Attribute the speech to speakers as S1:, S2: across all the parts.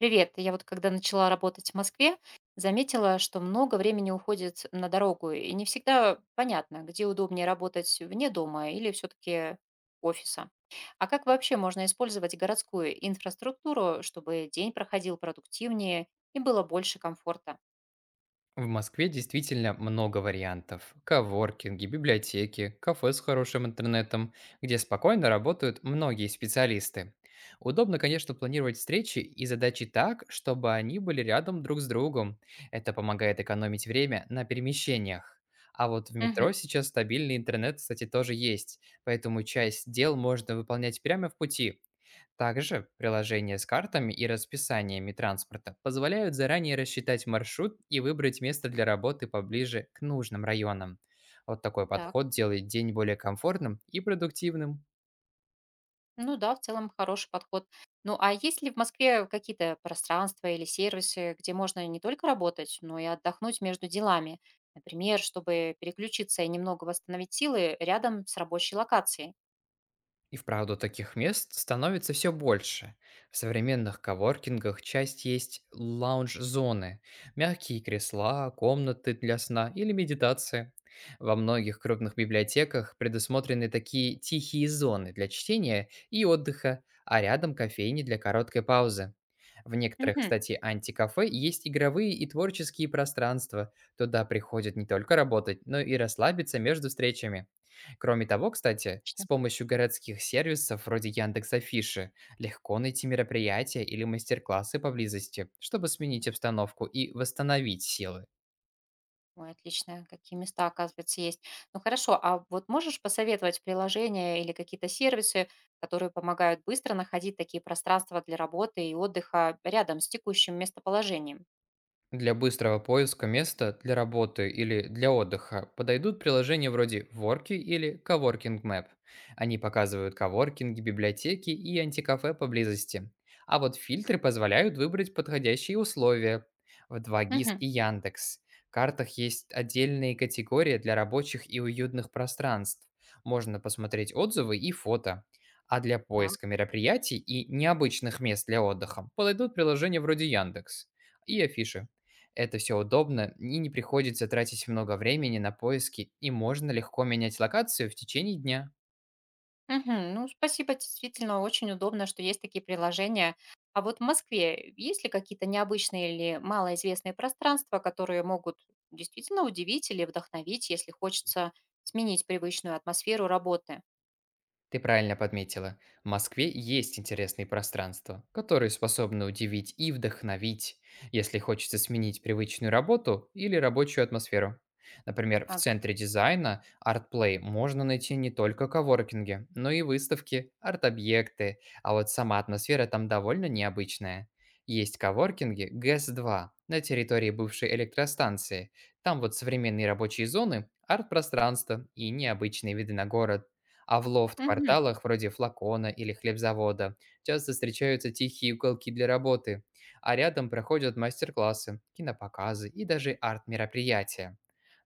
S1: Привет. Я вот когда начала работать в Москве, заметила, что много времени уходит на дорогу, и не всегда понятно, где удобнее работать вне дома или все-таки офиса. А как вообще можно использовать городскую инфраструктуру, чтобы день проходил продуктивнее и было больше комфорта?
S2: В Москве действительно много вариантов. Коворкинги, библиотеки, кафе с хорошим интернетом, где спокойно работают многие специалисты. Удобно, конечно, планировать встречи и задачи так, чтобы они были рядом друг с другом. Это помогает экономить время на перемещениях. А вот в
S1: Мгм.
S2: метро сейчас стабильный интернет, кстати, тоже есть, поэтому часть дел можно выполнять прямо в пути. Также приложения с картами и расписаниями транспорта позволяют заранее рассчитать маршрут и выбрать место для работы поближе к нужным районам. Вот такой
S1: Так.
S2: подход делает день более комфортным и продуктивным.
S1: Ну да, в целом хороший подход. Ну, а есть ли в Москве какие-то пространства или сервисы, где можно не только работать, но и отдохнуть между делами? Например, чтобы переключиться и немного восстановить силы рядом с рабочей локацией.
S2: И вправду таких мест становится все больше. В современных коворкингах часть есть лаунж-зоны, мягкие кресла, комнаты для сна или медитации. Во многих крупных библиотеках предусмотрены такие тихие зоны для чтения и отдыха, а рядом кофейни для короткой паузы. В некоторых,
S1: Мгм.
S2: кстати, антикафе есть игровые и творческие пространства. Туда приходят не только работать, но и расслабиться между встречами. Кроме того, кстати, с
S1: Отлично.
S2: помощью городских сервисов вроде Яндекс.Афиши легко найти мероприятия или мастер-классы поблизости, чтобы сменить обстановку и восстановить силы.
S1: Ой, отлично, какие места, оказывается, есть. Ну хорошо, а вот можешь посоветовать приложения или какие-то сервисы, которые помогают быстро находить такие пространства для работы и отдыха рядом с текущим местоположением?
S2: Для быстрого поиска места для работы или для отдыха подойдут приложения вроде Worky или Coworking Map. Они показывают коворкинги, библиотеки и антикафе поблизости. А вот фильтры позволяют выбрать подходящие условия в 2GIS
S1: Мгм.
S2: и Яндекс. В картах есть отдельные категории для рабочих и уютных пространств. Можно посмотреть отзывы и фото. А для
S1: Так.
S2: поиска мероприятий и необычных мест для отдыха подойдут приложения вроде Яндекс и афиши. Это все удобно, и не приходится тратить много времени на поиски, и можно легко менять локацию в течение дня.
S1: Мгм. Ну, спасибо, действительно, очень удобно, что есть такие приложения. А вот в Москве есть ли какие-то необычные или малоизвестные пространства, которые могут действительно удивить или вдохновить, если хочется сменить привычную атмосферу работы?
S2: Ты правильно подметила. В Москве есть интересные пространства, которые способны удивить и вдохновить, если хочется сменить привычную работу или рабочую атмосферу. Например, в
S1: Ага.
S2: центре дизайна ArtPlay можно найти не только коворкинги, но и выставки, арт-объекты, а вот сама атмосфера там довольно необычная. Есть коворкинги ГЭС-2 на территории бывшей электростанции. Там вот современные рабочие зоны, арт-пространство и необычные виды на город. А в
S1: Мгм.
S2: лофт-кварталах вроде флакона или хлебзавода часто встречаются тихие уголки для работы, а рядом проходят мастер-классы, кинопоказы и даже арт-мероприятия.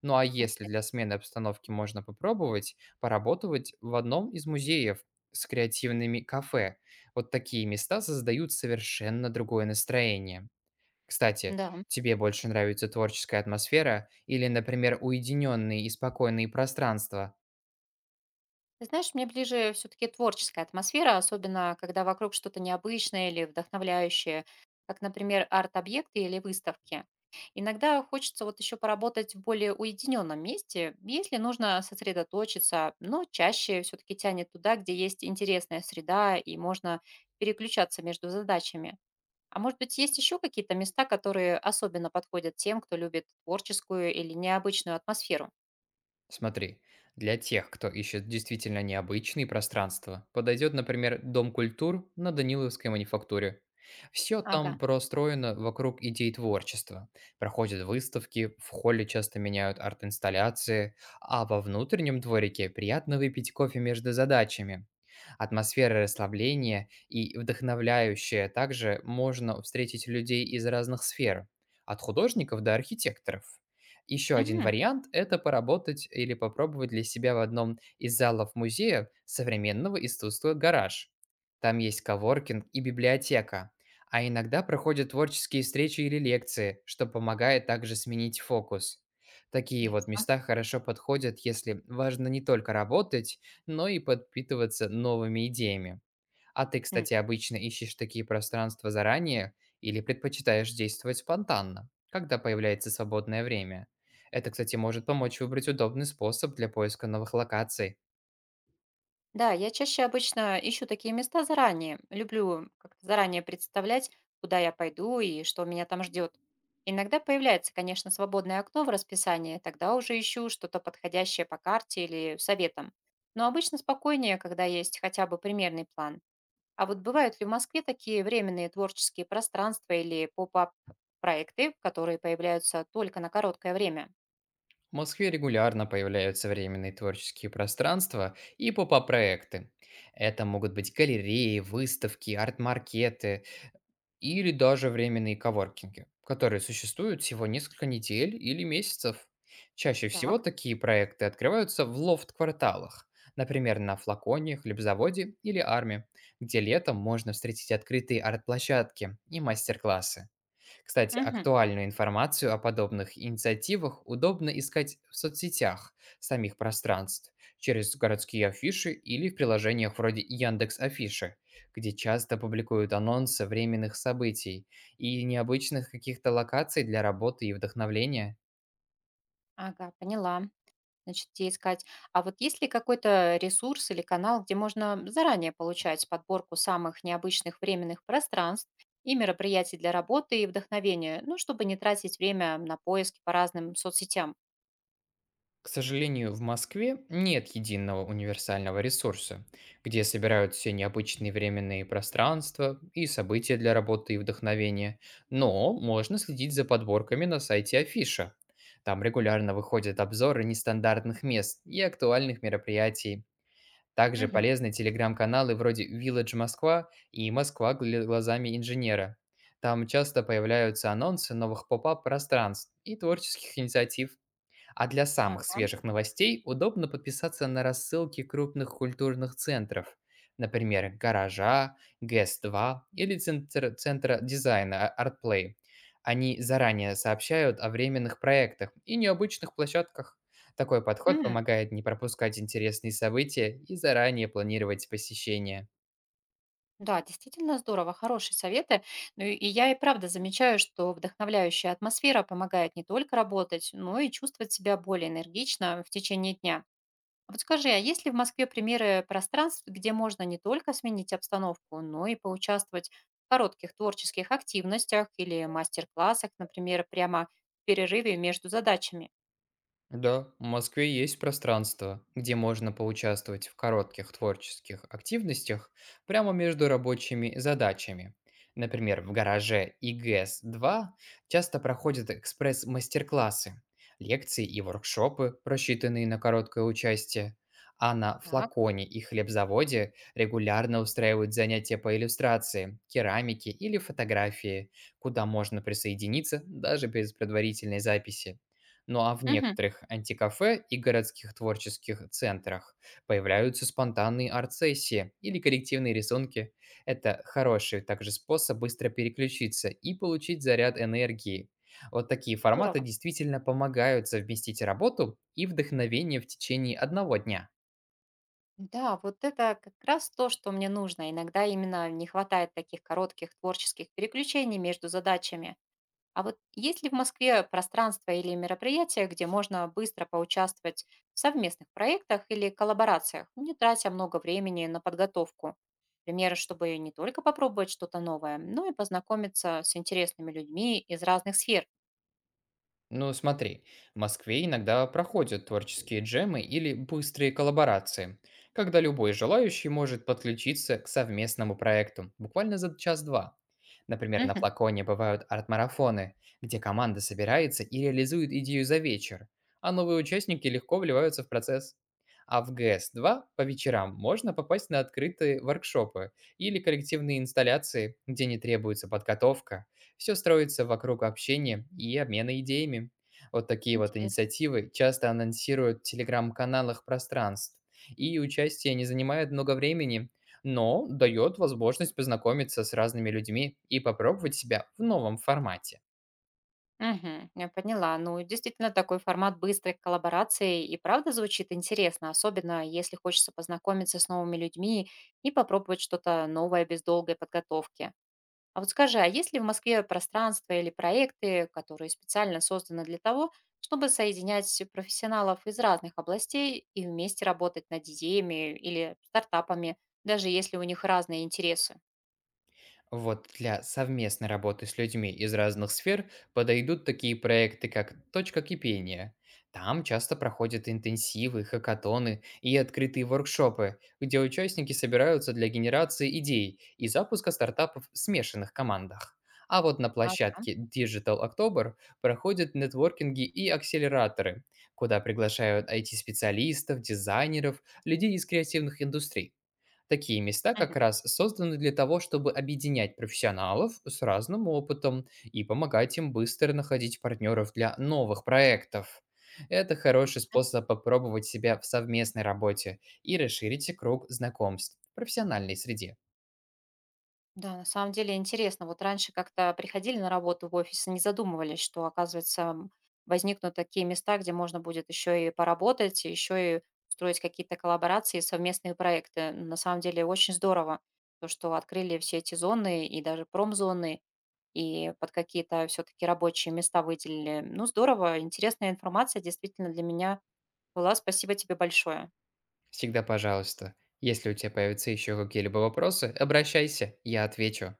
S2: Ну а
S1: Ух
S2: если
S1: ты.
S2: для смены обстановки, можно попробовать поработать в одном из музеев с креативными кафе. Вот такие места создают совершенно другое настроение. Кстати,
S1: Да.
S2: тебе больше нравится творческая атмосфера или, например, уединенные и спокойные пространства?
S1: Ты знаешь, мне ближе все-таки творческая атмосфера, особенно когда вокруг что-то необычное или вдохновляющее, как, например, арт-объекты или выставки. Иногда хочется вот еще поработать в более уединенном месте, если нужно сосредоточиться, но чаще все-таки тянет туда, где есть интересная среда и можно переключаться между задачами. А может быть, есть еще какие-то места, которые особенно подходят тем, кто любит творческую или необычную атмосферу?
S2: Смотри, для тех, кто ищет действительно необычные пространства, подойдет, например, Дом культур на Даниловской манифактуре. Все
S1: Ага.
S2: там простроено вокруг идей творчества. Проходят выставки, в холле часто меняют арт-инсталляции, а во внутреннем дворике приятно выпить кофе между задачами. Атмосфера расслабления и вдохновляющая, также можно встретить людей из разных сфер, от художников до архитекторов. Еще один
S1: Мгм.
S2: вариант – это поработать или попробовать для себя в одном из залов музея современного искусства «Гараж». Там есть коворкинг и библиотека. А иногда проходят творческие встречи или лекции, что помогает также сменить фокус. Такие вот
S1: Ясно.
S2: места хорошо подходят, если важно не только работать, но и подпитываться новыми идеями. А ты, кстати, обычно ищешь такие пространства заранее или предпочитаешь действовать спонтанно, когда появляется свободное время? Это, кстати, может помочь выбрать удобный способ для поиска новых локаций.
S1: Да, я чаще обычно ищу такие места заранее. Люблю как-то заранее представлять, куда я пойду и что меня там ждет. Иногда появляется, конечно, свободное окно в расписании, тогда уже ищу что-то подходящее по карте или советам. Но обычно спокойнее, когда есть хотя бы примерный план. А вот бывают ли в Москве такие временные творческие пространства или поп-ап проекты, которые появляются только на короткое время?
S2: В Москве регулярно появляются временные творческие пространства и поп-проекты. Это могут быть галереи, выставки, арт-маркеты или даже временные коворкинги, которые существуют всего несколько недель или месяцев. Чаще всего
S1: Так,
S2: такие проекты открываются в лофт-кварталах, например, на флаконе, хлебзаводе или арме, где летом можно встретить открытые арт-площадки и мастер-классы. Кстати,
S1: мгм,
S2: актуальную информацию о подобных инициативах удобно искать в соцсетях самих пространств, через городские афиши или в приложениях вроде Яндекс Афиши, где часто публикуют анонсы временных событий и необычных каких-то локаций для работы и вдохновления.
S1: ага, поняла. Значит, где искать. А вот есть ли какой-то ресурс или канал, где можно заранее получать подборку самых необычных временных пространств и мероприятий для работы и вдохновения, ну, чтобы не тратить время на поиски по разным соцсетям?
S2: К сожалению, в Москве нет единого универсального ресурса, где собирают все необычные временные пространства и события для работы и вдохновения, но можно следить за подборками на сайте Афиша. Там регулярно выходят обзоры нестандартных мест и актуальных мероприятий. Также
S1: Мгм.
S2: полезны телеграм-каналы вроде Village Москва и Москва глазами инженера. Там часто появляются анонсы новых поп-ап пространств и творческих инициатив. А для самых
S1: Ага.
S2: свежих новостей удобно подписаться на рассылки крупных культурных центров, например, «Гаража», ГЭС-2 или Центра дизайна «Артплей». Они заранее сообщают о временных проектах и необычных площадках. Такой подход
S1: М,
S2: помогает не пропускать интересные события и заранее планировать посещение.
S1: да, действительно здорово, хорошие советы. Ну и я и правда замечаю, что вдохновляющая атмосфера помогает не только работать, но и чувствовать себя более энергично в течение дня. А вот скажи, а есть ли в Москве примеры пространств, где можно не только сменить обстановку, но и поучаствовать в коротких творческих активностях или мастер-классах, например, прямо в перерыве между задачами?
S2: Да, в Москве есть пространство, где можно поучаствовать в коротких творческих активностях прямо между рабочими задачами. Например, в гараже ИГС-2 часто проходят экспресс-мастер-классы, лекции и воркшопы, рассчитанные на короткое участие. А на
S1: Так.
S2: флаконе и хлебзаводе регулярно устраивают занятия по иллюстрации, керамике или фотографии, куда можно присоединиться даже без предварительной записи. Ну а в
S1: Мгм.
S2: некоторых антикафе и городских творческих центрах появляются спонтанные арт-сессии или коллективные рисунки. Это хороший также способ быстро переключиться и получить заряд энергии. Вот такие форматы
S1: Здорово.
S2: действительно помогают совместить работу и вдохновение в течение одного дня.
S1: Да, вот это как раз то, что мне нужно. Иногда именно не хватает таких коротких творческих переключений между задачами. А вот есть ли в Москве пространство или мероприятия, где можно быстро поучаствовать в совместных проектах или коллаборациях, не тратя много времени на подготовку? Например, чтобы не только попробовать что-то новое, но и познакомиться с интересными людьми из разных сфер.
S2: Ну, смотри, в Москве иногда проходят творческие джемы или быстрые коллаборации, когда любой желающий может подключиться к совместному проекту буквально за час-два. Например, на
S1: Мгм.
S2: флаконе бывают арт-марафоны, где команда собирается и реализует идею за вечер, а новые участники легко вливаются в процесс. А в гс два по вечерам можно попасть на открытые воркшопы или коллективные инсталляции, где не требуется подготовка, все строится вокруг общения и обмена идеями. Вот такие вот
S1: Интересно.
S2: инициативы часто анонсируют в телеграм-каналах пространств, и участие не занимает много времени, но дает возможность познакомиться с разными людьми и попробовать себя в новом формате.
S1: Мгм. Я поняла. Ну, действительно, такой формат быстрой коллаборации и правда звучит интересно, особенно если хочется познакомиться с новыми людьми и попробовать что-то новое без долгой подготовки. А вот скажи, а есть ли в Москве пространства или проекты, которые специально созданы для того, чтобы соединять профессионалов из разных областей и вместе работать над идеями или стартапами, даже если у них разные интересы?
S2: Вот для совместной работы с людьми из разных сфер подойдут такие проекты, как «Точка кипения». Там часто проходят интенсивы, хакатоны и открытые воркшопы, где участники собираются для генерации идей и запуска стартапов в смешанных командах. А вот на
S1: Ага.
S2: площадке Digital October проходят нетворкинги и акселераторы, куда приглашают IT-специалистов, дизайнеров, людей из креативных индустрий. Такие места
S1: Мгм.
S2: как раз созданы для того, чтобы объединять профессионалов с разным опытом и помогать им быстро находить партнеров для новых проектов. Это хороший
S1: Отлично.
S2: способ попробовать себя в совместной работе и расширить круг знакомств в профессиональной среде.
S1: Да, на самом деле интересно. Вот раньше как-то приходили на работу в офис и не задумывались, что, оказывается, возникнут такие места, где можно будет еще и поработать, еще и строить какие-то коллаборации, совместные проекты. На самом деле очень здорово, то, что открыли все эти зоны и даже промзоны, и под какие-то все-таки рабочие места выделили. Ну, здорово, интересная информация действительно для меня была. Спасибо тебе большое.
S2: Всегда пожалуйста. Если у тебя появятся еще какие-либо вопросы, обращайся, я отвечу.